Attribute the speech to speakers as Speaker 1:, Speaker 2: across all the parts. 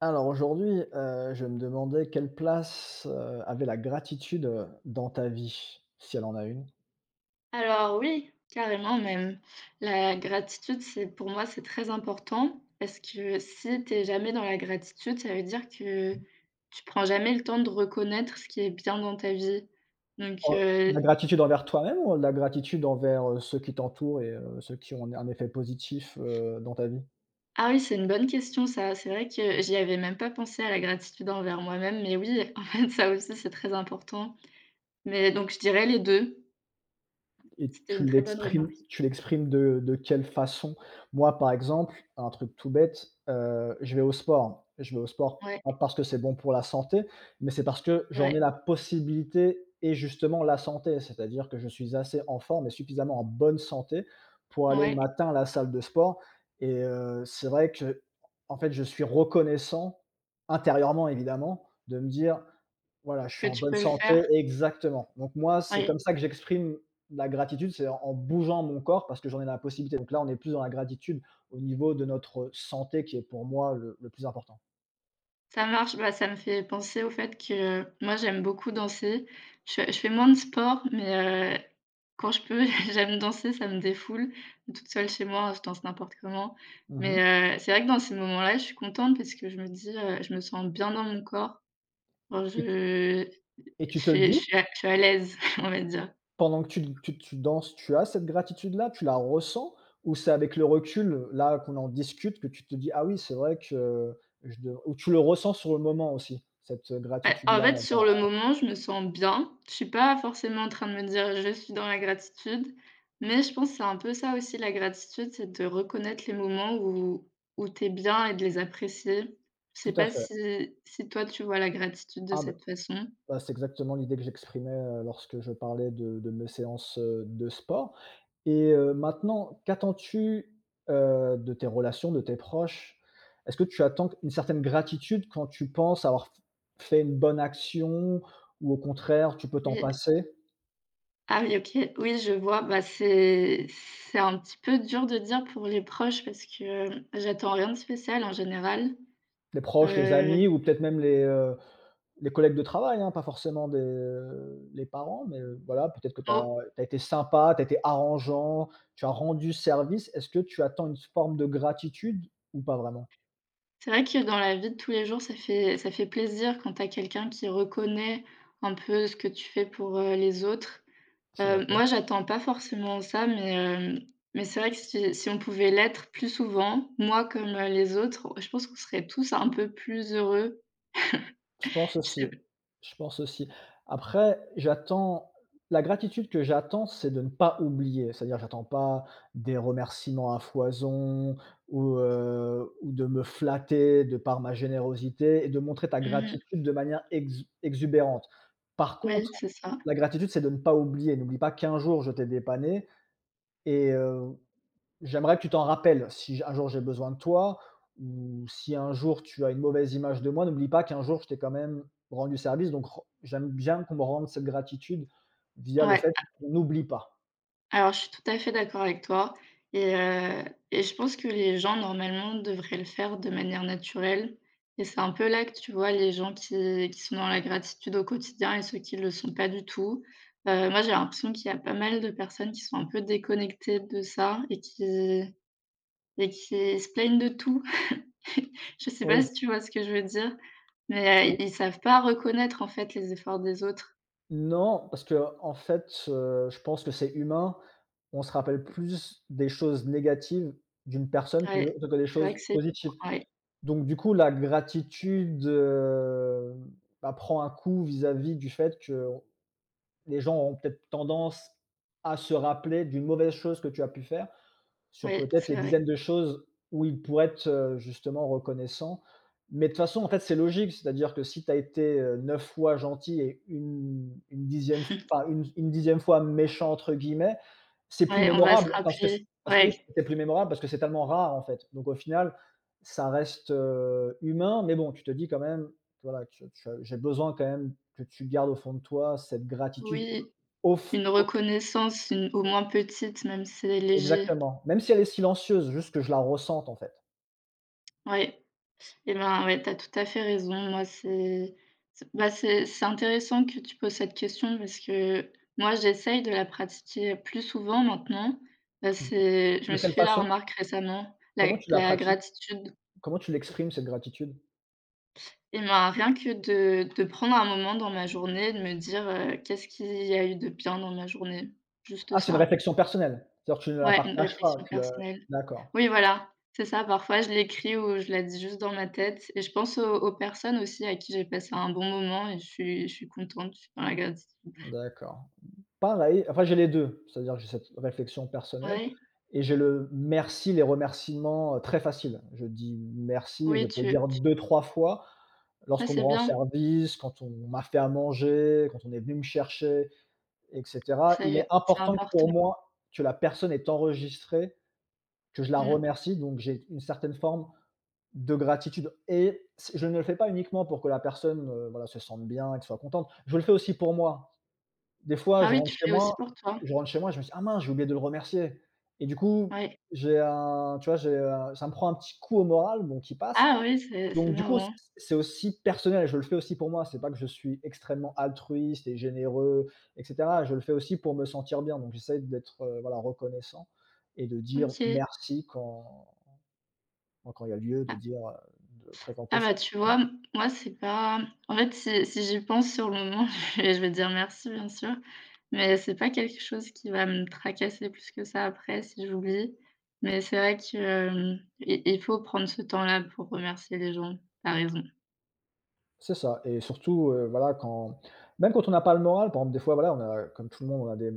Speaker 1: Alors aujourd'hui, je me demandais quelle place, avait la gratitude, dans ta vie, si elle en a une?
Speaker 2: Alors oui, carrément même. La gratitude, c'est pour moi, c'est très important parce que si tu jamais dans la gratitude, ça veut dire que tu prends jamais le temps de reconnaître ce qui est bien dans ta vie. Donc,
Speaker 1: En la gratitude envers toi-même ou la gratitude envers, ceux qui t'entourent et ceux qui ont un effet positif, dans ta vie?
Speaker 2: ah oui, c'est une bonne question ça. C'est vrai que j'y avais même pas pensé à la gratitude envers moi-même, mais oui, en fait, ça aussi, c'est très important. Mais donc je dirais les 2.
Speaker 1: Et
Speaker 2: C'était une
Speaker 1: tu
Speaker 2: très bonne
Speaker 1: l'exprimes
Speaker 2: remarque.
Speaker 1: tu l'exprimes de quelle façon? Moi, par exemple, un truc tout bête, je vais au sport. Je vais au sport
Speaker 2: Ouais,
Speaker 1: pas parce que c'est bon pour la santé, mais c'est parce que j'en
Speaker 2: ouais,
Speaker 1: ai la possibilité et justement la santé. C'est-à-dire que je suis assez en forme et suffisamment en bonne santé pour aller le
Speaker 2: ouais,
Speaker 1: matin à la salle de sport, et c'est vrai que en fait, je suis reconnaissant, intérieurement évidemment, de me dire voilà, je suis
Speaker 2: que
Speaker 1: en
Speaker 2: tu
Speaker 1: bonne
Speaker 2: peux le
Speaker 1: santé
Speaker 2: faire.
Speaker 1: exactement. Donc moi, c'est
Speaker 2: Ouais.
Speaker 1: comme ça que j'exprime la gratitude, c'est en bougeant mon corps parce que j'en ai la possibilité. Donc là, on est plus dans la gratitude au niveau de notre santé qui est pour moi le plus important.
Speaker 2: Ça marche, bah, ça me fait penser au fait que, moi j'aime beaucoup danser. Je fais moins de sport, mais, quand je peux, j'aime danser, ça me défoule. Toute seule chez moi, je danse n'importe comment.
Speaker 1: Mmh.
Speaker 2: Mais, c'est vrai que dans ces moments-là, je suis contente parce que je me dis, je me sens bien dans mon corps. Genre,
Speaker 1: et tu et tu te le dis?
Speaker 2: je suis à l'aise, on va dire.
Speaker 1: Pendant que tu danses, tu as cette gratitude-là? Tu la ressens? Ou c'est avec le recul, là, qu'on en discute, que tu te dis: «Ah oui, c'est vrai que je dev» ou tu le ressens sur le moment aussi, cette
Speaker 2: Bah, en
Speaker 1: gratitude-là
Speaker 2: fait, sur
Speaker 1: envers.
Speaker 2: le moment, je me sens bien. Je suis pas forcément en train de me dire: «Je suis dans la gratitude», mais je pense que c'est un peu ça aussi la gratitude, c'est de reconnaître les moments où tu es bien et de les apprécier. Je
Speaker 1: Tout
Speaker 2: sais
Speaker 1: à
Speaker 2: pas
Speaker 1: fait.
Speaker 2: si toi tu vois la gratitude de
Speaker 1: Ah, bah
Speaker 2: cette façon?
Speaker 1: Bah, c'est exactement l'idée que j'exprimais, lorsque je parlais de mes séances, de sport. Et maintenant, qu'attends-tu, de tes relations, de tes proches? Est-ce que tu attends une certaine gratitude quand tu penses avoir f fait une bonne action, ou au contraire, tu peux t'en
Speaker 2: Oui.
Speaker 1: passer?
Speaker 2: Ah oui, OK. Oui, je vois. Bah, c'est un petit peu dur de dire pour les proches parce que j'attends rien de spécial en général.
Speaker 1: Les proches, les
Speaker 2: Heu,
Speaker 1: amis, ou peut-être même les collègues de travail, hein, pas forcément les parents, mais voilà, peut-être que tu as été sympa, tu as été arrangeant, tu as rendu service. Est-ce que tu attends une forme de gratitude ou pas vraiment?
Speaker 2: C'est vrai que dans la vie de tous les jours, ça fait plaisir quand tu as quelqu'un qui reconnaît un peu ce que tu fais pour, les autres.
Speaker 1: Je suis d'accord.
Speaker 2: Moi, j'attends pas forcément ça, mais c'est vrai que si on pouvait l'être plus souvent, moi comme, les autres, je pense qu'on serait tous un peu plus heureux.
Speaker 1: Je pense
Speaker 2: Je
Speaker 1: aussi,
Speaker 2: sais
Speaker 1: je pense aussi. Après, j'attends la gratitude que j'attends, c'est de ne pas oublier. C'est-à-dire, j'attends pas des remerciements à foison, ou de me flatter de par ma générosité et de montrer ta
Speaker 2: Mmh.
Speaker 1: gratitude de manière ex exubérante. Par
Speaker 2: Oui,
Speaker 1: contre,
Speaker 2: c'est ça.
Speaker 1: la gratitude, c'est de ne pas oublier. N'oublie pas qu'un jour je t'ai dépanné, et j'aimerais que tu t'en rappelles si un jour j'ai besoin de toi, ou si un jour tu as une mauvaise image de moi, n'oublie pas qu'un jour je t'ai quand même rendu service. Donc ren j'aime bien qu'on me rende cette gratitude via le
Speaker 2: Ouais.
Speaker 1: fait qu'on n'oublie pas.
Speaker 2: Alors, je suis tout à fait d'accord avec toi et heu et je pense que les gens, normalement, devraient le faire de manière naturelle et c'est un peu là que tu vois les gens qui sont dans la gratitude au quotidien et ceux qui ne le sont pas du tout. Moi, j'ai l'impression qu'il y a pas mal de personnes qui sont un peu déconnectées de ça et qui se plaignent de tout. Je sais
Speaker 1: Oui,
Speaker 2: pas si tu vois ce que je veux dire? Mais,
Speaker 1: ou
Speaker 2: ils savent pas reconnaître, en fait, les efforts des autres.
Speaker 1: non, parce que en fait, je pense que c'est humain. On se rappelle plus des choses négatives d'une personne plutôt
Speaker 2: Ouais,
Speaker 1: que des
Speaker 2: c'est vrai que
Speaker 1: choses
Speaker 2: c'est
Speaker 1: positives.
Speaker 2: ouais,
Speaker 1: Donc du coup, la gratitude, bah, prend un coup vis-à-vis du fait que les gens auront peut-être tendance à se rappeler d'une mauvaise chose que tu as pu faire, sur
Speaker 2: ouais,
Speaker 1: peut-être
Speaker 2: c'est
Speaker 1: les
Speaker 2: vrai.
Speaker 1: dizaines de choses où ils pourraient être, justement reconnaissants. Mais de toute façon, en fait, c'est logique, c'est-à-dire que si tu as été, 9 fois gentil et une 10e, enfin une 10 fois «méchant» entre guillemets, c'est plus
Speaker 2: Ouais, on va se
Speaker 1: mémorable parce que c
Speaker 2: rappeler
Speaker 1: parce que oui,
Speaker 2: ouais.
Speaker 1: c'est plus mémorable parce que c'est tellement rare, en fait. Donc au final, ça reste, humain, mais bon, tu te dis quand même, voilà, que tu as j'ai besoin quand même que tu gardes au fond de toi cette gratitude
Speaker 2: Oui,
Speaker 1: au f
Speaker 2: une
Speaker 1: au
Speaker 2: reconnaissance, une au moins petite, même si c'est léger.
Speaker 1: exactement. Même si elle est silencieuse, juste que je la ressente, en fait.
Speaker 2: Ouais, et ben, ouais, t'as tout à fait raison. Moi, c'est bah, c'est intéressant que tu poses cette question parce que moi, j'essaye de la pratiquer plus souvent maintenant. Bah,
Speaker 1: Mmh.
Speaker 2: c'est je
Speaker 1: De
Speaker 2: me suis
Speaker 1: quelle
Speaker 2: fait la
Speaker 1: façon?
Speaker 2: remarque récemment, la
Speaker 1: Comment tu la
Speaker 2: la
Speaker 1: pratiques?
Speaker 2: gratitude.
Speaker 1: Comment tu l'exprimes, cette gratitude?
Speaker 2: Et ben, rien que de prendre un moment dans ma journée, de me dire, «Qu'est-ce qu'il y a eu de bien dans ma journée?» Juste
Speaker 1: Ah, c'est une
Speaker 2: ça.
Speaker 1: réflexion personnelle? C'est-à-dire tu ne la
Speaker 2: Ouais, une
Speaker 1: partages pas,
Speaker 2: réflexion
Speaker 1: tu la
Speaker 2: personnelle.
Speaker 1: d'accord,
Speaker 2: Oui, voilà, c'est ça. Parfois, je l'écris ou je la dis juste dans ma tête et je pense aux personnes aussi à qui j'ai passé un bon moment et je suis contente, je suis dans la gratitude.
Speaker 1: d'accord. Pareil, enfin j'ai les 2, c'est-à-dire que j'ai cette réflexion personnelle
Speaker 2: Ouais,
Speaker 1: et j'ai le merci, les remerciements, très faciles. Je dis: «Merci», et je
Speaker 2: oui,
Speaker 1: peux
Speaker 2: tu
Speaker 1: dire
Speaker 2: tu
Speaker 1: deux, trois fois
Speaker 2: ah,
Speaker 1: lorsqu'on me
Speaker 2: c'est
Speaker 1: rend
Speaker 2: bien,
Speaker 1: service, quand on m'a fait à manger, quand on est venu me chercher, et cetera. Il est
Speaker 2: c'est
Speaker 1: important
Speaker 2: important.
Speaker 1: pour moi que la personne est enregistrée, que je la
Speaker 2: Mmh.
Speaker 1: remercie, donc j'ai une certaine forme de gratitude, et c je ne le fais pas uniquement pour que la personne, voilà, se sente bien et qu'elle soit contente. Je le fais aussi pour moi. Des fois,
Speaker 2: Ah
Speaker 1: je
Speaker 2: oui,
Speaker 1: rentre
Speaker 2: tu
Speaker 1: chez
Speaker 2: fais aussi
Speaker 1: moi
Speaker 2: pour toi?
Speaker 1: je rentre chez moi, je me dis: «Ah mince, j'ai oublié de le remercier», et du coup,
Speaker 2: Oui.
Speaker 1: j'ai un tu vois, ça me prend un petit coup au moral, bon qui passe.
Speaker 2: Ah oui, c'est
Speaker 1: Donc du coup, c
Speaker 2: marrant.
Speaker 1: c'est aussi personnel, et je le fais aussi pour moi, c'est pas que je suis extrêmement altruiste et généreux et cetera. Je le fais aussi pour me sentir bien, donc j'essaie d'être, voilà, reconnaissant et de dire
Speaker 2: OK.
Speaker 1: merci quand il y a lieu de
Speaker 2: Ah
Speaker 1: dire, de présenter
Speaker 2: Ah
Speaker 1: ça.
Speaker 2: bah, tu vois, m moi, c'est pas en fait, si j'y pense sur le moment, je vais dire «merci» bien sûr, mais c'est pas quelque chose qui va me tracasser plus que ça après si j'oublie. Mais c'est vrai que, i il faut prendre ce temps-là pour remercier les gens. T'as raison.
Speaker 1: C'est ça. Et surtout, voilà, quand même quand on n'a pas le moral, par exemple, des fois, voilà, on a comme tout le monde, on a des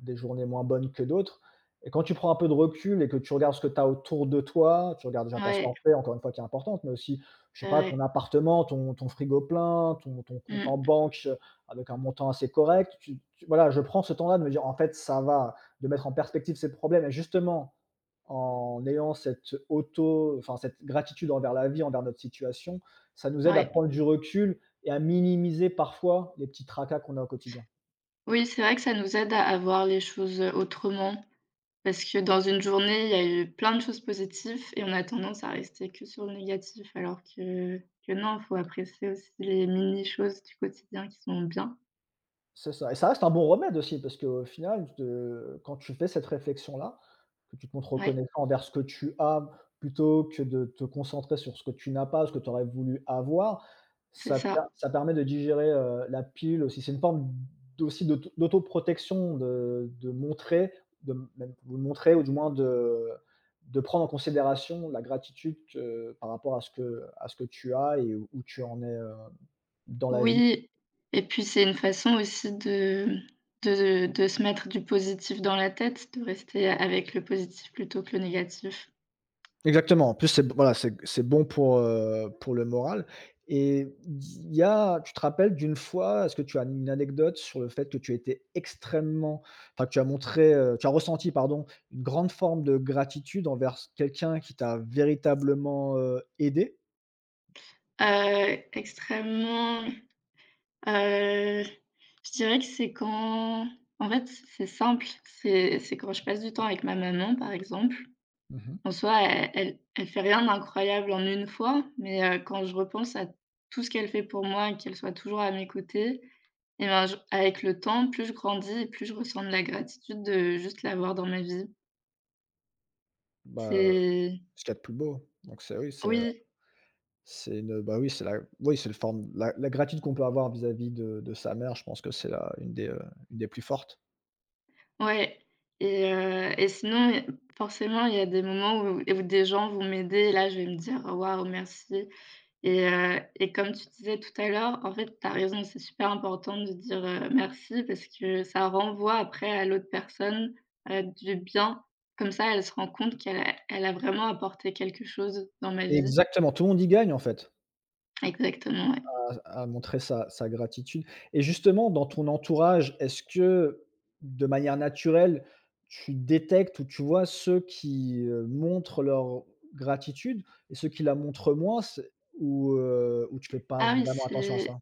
Speaker 1: des journées moins bonnes que d'autres. Et quand tu prends un peu de recul et que tu regardes ce que tu as autour de toi, tu regardes déjà ta
Speaker 2: Ouais,
Speaker 1: santé, encore une fois, qui est importante, mais aussi, je sais
Speaker 2: ouais,
Speaker 1: pas, ton
Speaker 2: ouais.
Speaker 1: appartement, ton frigo plein, ton compte
Speaker 2: Mmh,
Speaker 1: en banque, avec un montant assez correct. Tu tu Voilà, je prends ce temps-là de me dire: «En fait, ça va», de mettre en perspective ces problèmes, et justement, en ayant cette gratitude envers la vie, envers notre situation, ça nous aide à
Speaker 2: ouais.
Speaker 1: prendre du recul et à minimiser parfois les petits tracas qu'on a au quotidien.
Speaker 2: Oui, c'est vrai que ça nous aide à voir les choses, autrement. Parce que dans une journée, il y a eu plein de choses positives et on a tendance à rester que sur le négatif, alors que non, il faut apprécier aussi les mini choses du quotidien qui sont bien.
Speaker 1: C'est ça, et ça reste un bon remède aussi, parce qu'au final, te quand tu fais cette réflexion-là, que tu te montres
Speaker 2: Ouais,
Speaker 1: reconnaissant envers ce que tu as, plutôt que de te concentrer sur ce que tu n'as pas, ce que tu aurais voulu avoir,
Speaker 2: c'est
Speaker 1: ça
Speaker 2: ça.
Speaker 1: permet de digérer, la pile aussi. C'est une forme d aussi d'autoprotection, de montrer, de m même de montrer, ou du moins de prendre en considération la gratitude que par rapport à ce que tu as et où tu en es, dans la vie.
Speaker 2: Oui et puis c'est une façon aussi de se mettre du positif dans la tête, de rester avec le positif plutôt que le négatif.
Speaker 1: Exactement. En plus, c'est voilà, c'est bon pour le moral. Et il y a tu te rappelles d'une fois, est-ce que tu as une anecdote sur le fait que tu étais extrêmement enfin, que tu as montré, tu as ressenti, pardon, une grande forme de gratitude envers quelqu'un qui t'a véritablement, aidé?
Speaker 2: Extrêmement, heu, je dirais que c'est quand en fait, c'est simple, c'est quand je passe du temps avec ma maman, par exemple.
Speaker 1: Mmh.
Speaker 2: En soi, elle fait rien d'incroyable en une fois, mais quand je repense à tout ce qu'elle fait pour moi et qu'elle soit toujours à mes côtés et ben, je avec le temps, plus je grandis et plus je ressens de la gratitude de juste l'avoir dans ma vie.
Speaker 1: Bah,
Speaker 2: C'est
Speaker 1: ce qu'il y a de plus beau, donc c'est oui,
Speaker 2: Oui,
Speaker 1: c'est une bah, oui, c'est la oui, c'est le forme la gratitude qu'on peut avoir vis-à-vis de sa mère, je pense que c'est une des plus fortes.
Speaker 2: ouais et sinon, forcément, il y a des moments où des gens vont m'aider et là, je vais me dire: «Waouh, merci». Et comme tu disais tout à l'heure, en fait, tu as raison, c'est super important de dire, merci parce que ça renvoie après à l'autre personne, du bien. Comme ça, elle se rend compte qu'elle a vraiment apporté quelque chose dans ma vie.
Speaker 1: Exactement, tout le monde y gagne en fait.
Speaker 2: Exactement, ouais.
Speaker 1: À montrer sa gratitude. Et justement, dans ton entourage, est-ce que, de manière naturelle, tu détectes ou tu vois ceux qui, montrent leur gratitude et ceux qui la montrent moins? C'est ou tu fais pas
Speaker 2: Ah oui,
Speaker 1: vraiment attention à ça?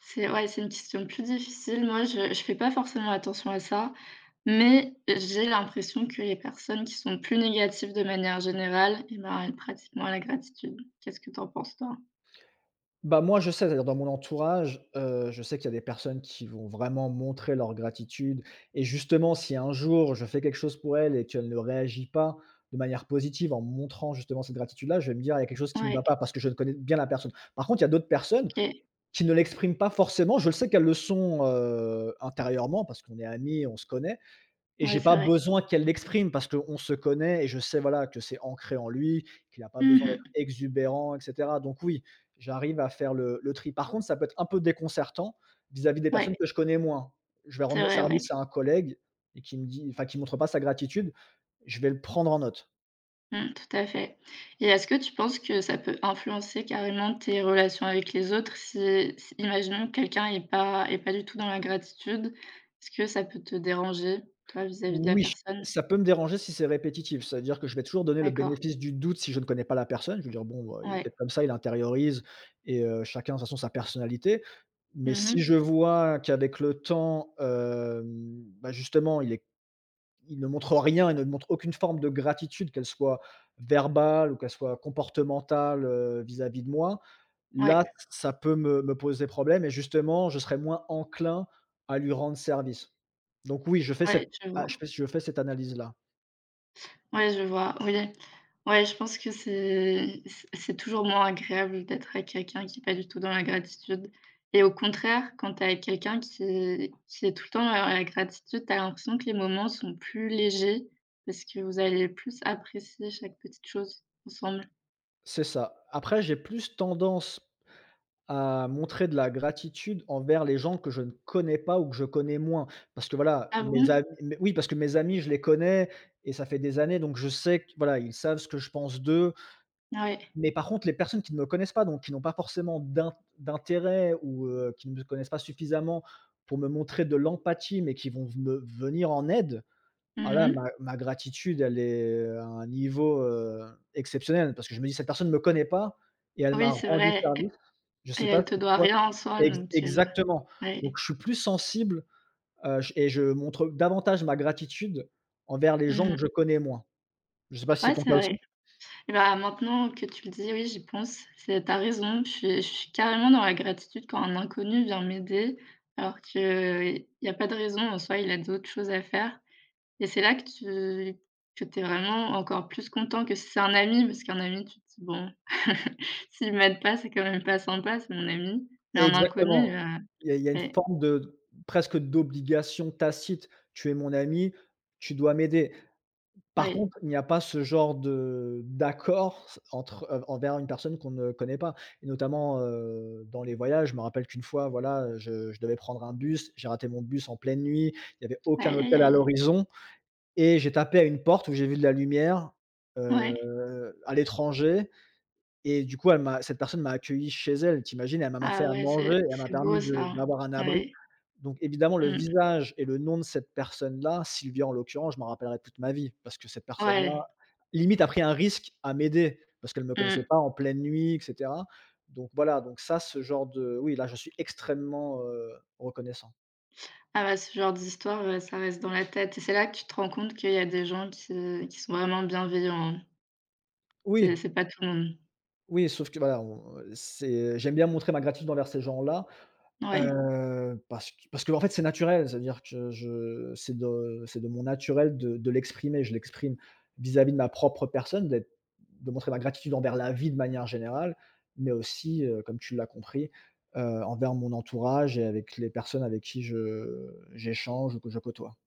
Speaker 2: c'est ouais, c'est une question plus difficile. Moi, je fais pas forcément attention à ça, mais j'ai l'impression que les personnes qui sont plus négatives de manière générale, eh ben, elles pratiquent moins la gratitude. Qu'est-ce que tu en penses, toi?
Speaker 1: Bah, moi, je sais, c'est-à-dire dans mon entourage, je sais qu'il y a des personnes qui vont vraiment montrer leur gratitude, et justement, si un jour je fais quelque chose pour elle et qu'elle ne réagit pas de manière positive en montrant justement cette gratitude-là, je vais me dire: «Il y a quelque chose qui ne va
Speaker 2: Ouais,
Speaker 1: pas», parce que je ne connais bien la personne. Par contre, il y a d'autres personnes
Speaker 2: OK.
Speaker 1: qui ne l'expriment pas forcément. Je le sais qu'elles le sont, intérieurement, parce qu'on est amis, on se connaît, et
Speaker 2: Ouais,
Speaker 1: j'ai
Speaker 2: c'est
Speaker 1: pas
Speaker 2: vrai.
Speaker 1: besoin qu'elle l'exprime parce qu'on se connaît et je sais, voilà, que c'est ancré en lui, qu'il a pas besoin d'être
Speaker 2: Mmh.
Speaker 1: exubérant, et cetera. Donc oui, j'arrive à faire le tri. Par contre, ça peut être un peu déconcertant vis-à-vis des
Speaker 2: Ouais,
Speaker 1: personnes que je connais moins. Je vais
Speaker 2: c'est
Speaker 1: rendre
Speaker 2: vrai, ouais.
Speaker 1: service à un collègue et qui me dit enfin, qui montre pas sa gratitude, je vais le prendre en note.
Speaker 2: Mmh, tout à fait et est-ce que tu penses que ça peut influencer carrément tes relations avec les autres si imaginons que quelqu'un est pas du tout dans la gratitude, est-ce que ça peut te déranger, toi, vis-à-vis de la
Speaker 1: Oui,
Speaker 2: personne?
Speaker 1: ça peut me déranger si c'est répétitif. C'est-à-dire que je vais toujours donner le
Speaker 2: D'accord,
Speaker 1: bénéfice du doute si je ne connais pas la personne. Je vais dire: «Bon, bah, il est peut-être
Speaker 2: ouais.
Speaker 1: comme ça, il intériorise et chacun de toute façon sa personnalité». Mais si
Speaker 2: Mmh.
Speaker 1: je vois qu'avec le temps, bah, justement, il ne montre rien, il ne montre aucune forme de gratitude, qu'elle soit verbale ou qu'elle soit comportementale, vis-à-vis de moi.
Speaker 2: Ouais,
Speaker 1: Là, ça peut me poser problème, et justement, je serais moins enclin à lui rendre service. Donc oui, je fais
Speaker 2: ouais,
Speaker 1: cette
Speaker 2: je
Speaker 1: a
Speaker 2: vois.
Speaker 1: je fais cette analyse-là.
Speaker 2: Ouais, je vois, oui. Ouais, je pense que c'est toujours moins agréable d'être avec quelqu'un qui est pas du tout dans la gratitude et au contraire, quand tu es avec quelqu'un qui est tout le temps dans la gratitude, tu as l'impression que les moments sont plus légers parce que vous allez plus apprécier chaque petite chose ensemble.
Speaker 1: C'est ça. Après, j'ai plus tendance à montrer de la gratitude envers les gens que je ne connais pas ou que je connais moins. Parce que voilà,
Speaker 2: Ah
Speaker 1: mes
Speaker 2: bon?
Speaker 1: amis mais oui, parce que mes amis, je les connais et ça fait des années, donc je sais que voilà, ils savent ce que je pense d'eux.
Speaker 2: Ah ouais.
Speaker 1: Mais par contre, les personnes qui ne me connaissent pas, donc qui n'ont pas forcément d'intérêt ou qui ne me connaissent pas suffisamment pour me montrer de l'empathie, mais qui vont me venir en aide. Ah là, ma
Speaker 2: Mmh.
Speaker 1: ma gratitude, elle est à un niveau, exceptionnel parce que je me dis: «Cette personne ne me connaît pas et elle
Speaker 2: Oui,
Speaker 1: m'a
Speaker 2: c'est
Speaker 1: rendu
Speaker 2: vrai
Speaker 1: service». Je
Speaker 2: et
Speaker 1: sais pas
Speaker 2: elle te
Speaker 1: si
Speaker 2: doit
Speaker 1: toi…
Speaker 2: rien en soi
Speaker 1: ex
Speaker 2: donc
Speaker 1: exactement.
Speaker 2: ouais.
Speaker 1: Donc je suis plus sensible, j et je montre davantage ma gratitude envers les gens
Speaker 2: Mmh.
Speaker 1: que je connais moins. Je sais pas si c'est
Speaker 2: Ouais,
Speaker 1: ton
Speaker 2: c'est
Speaker 1: cas aussi?
Speaker 2: vrai. Là, maintenant que tu le dis, oui, j'y pense. C'est tu raison. Je suis carrément dans la gratitude quand un inconnu vient m'aider, alors qu'il y a pas de raison. En soi, il a d'autres choses à faire et c'est là que t'es vraiment encore plus content que si c'est un ami, parce qu'un ami, tu te dis: «Bon, s'il m'aide pas, c'est quand même pas sympa, c'est mon ami». Mais un inconnu,
Speaker 1: Exactement. Il y a une
Speaker 2: ouais,
Speaker 1: forme de presque d'obligation tacite. Tu es mon ami, tu dois m'aider. Par
Speaker 2: oui.
Speaker 1: contre, il n'y a pas ce genre de d'accord entre, envers une personne qu'on ne connaît pas, et notamment, dans les voyages. Je me rappelle qu'une fois, voilà, je devais prendre un bus, j'ai raté mon bus en pleine nuit, il n'y avait aucun
Speaker 2: Aïe, aïe,
Speaker 1: hôtel à
Speaker 2: aïe.
Speaker 1: l'horizon et j'ai tapé à une porte où j'ai vu de la lumière,
Speaker 2: Ouais.
Speaker 1: à l'étranger, et du coup, elle m'a cette personne m'a accueilli chez elle, tu imagines? Elle m'a fait
Speaker 2: Ah
Speaker 1: à
Speaker 2: ouais,
Speaker 1: manger,
Speaker 2: c'est
Speaker 1: elle m'a
Speaker 2: c'est
Speaker 1: permis
Speaker 2: beau
Speaker 1: de
Speaker 2: ça.
Speaker 1: d'avoir un abri.
Speaker 2: Ouais.
Speaker 1: Donc évidemment, le
Speaker 2: Mmh.
Speaker 1: visage et le nom de cette personne-là, Sylvia en l'occurrence, je m'en rappellerai toute ma vie, parce que cette
Speaker 2: Ouais.
Speaker 1: personne-là limite a pris un risque à m'aider parce qu'elle me connaissait
Speaker 2: Mmh.
Speaker 1: pas, en pleine nuit et cetera. Donc voilà, donc ça, ce genre de… oui, là, je suis extrêmement, reconnaissant.
Speaker 2: Ah bah, ce genre d'histoire, ça reste dans la tête et c'est là que tu te rends compte qu'il y a des gens qui sont vraiment bienveillants, hein. C'est
Speaker 1: Oui.
Speaker 2: c'est pas tout le monde.
Speaker 1: Oui, sauf que voilà, on c'est… j'aime bien montrer ma gratitude envers ces gens-là,
Speaker 2: Ouais.
Speaker 1: parce que parce qu'en fait, c'est naturel. C'est-à-dire que je c'est de mon naturel de l'exprimer. Je l'exprime vis-à-vis de ma propre personne, d'être de montrer ma gratitude envers la vie de manière générale, mais aussi, comme tu l'as compris, envers mon entourage et avec les personnes avec qui je j'échange ou que je côtoie.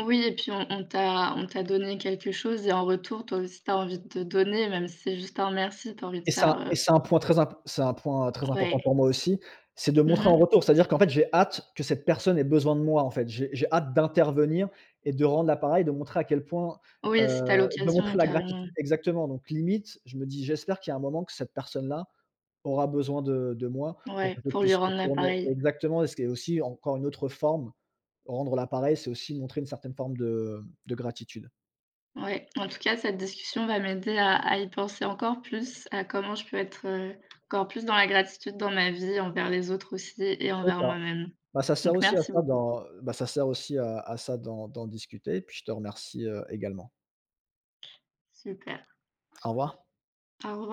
Speaker 2: Oui et puis on t'a donné quelque chose et en retour, toi aussi, t'as envie de donner, même si c'est juste un merci, t'as envie de
Speaker 1: Et c'est
Speaker 2: faire,
Speaker 1: un, et c'est un point c'est un point très important
Speaker 2: ouais.
Speaker 1: pour moi aussi, c'est de montrer en
Speaker 2: Mhm.
Speaker 1: retour. C'est-à-dire qu'en fait, j'ai hâte que cette personne ait besoin de moi. En fait, j'ai hâte d'intervenir et de rendre l'appareil, de montrer à quel point,
Speaker 2: Oui, si t'as
Speaker 1: de
Speaker 2: l'occasion,
Speaker 1: montrer la
Speaker 2: carrément.
Speaker 1: gratitude. Exactement. Donc limite, je me dis: «J'espère qu'il y a un moment que cette personne-là aura besoin de moi pour
Speaker 2: Ouais,
Speaker 1: que je
Speaker 2: pour lui
Speaker 1: puisse
Speaker 2: rendre
Speaker 1: retourner»,
Speaker 2: l'appareil.
Speaker 1: exactement. Et ce qui est aussi encore une autre forme, rendre l'appareil, c'est aussi montrer une certaine forme de gratitude.
Speaker 2: Ouais, en tout cas, cette discussion va m'aider à y penser encore plus, à comment je peux être, encore plus dans la gratitude dans ma vie, envers les autres aussi et
Speaker 1: C'est
Speaker 2: envers
Speaker 1: ça.
Speaker 2: moi-même.
Speaker 1: Bah, ça sert
Speaker 2: Donc
Speaker 1: aussi à
Speaker 2: merci
Speaker 1: ça
Speaker 2: beaucoup.
Speaker 1: d'en bah, ça sert aussi à ça d'en discuter, puis je te remercie, également.
Speaker 2: Super.
Speaker 1: Au revoir.
Speaker 2: Au revoir.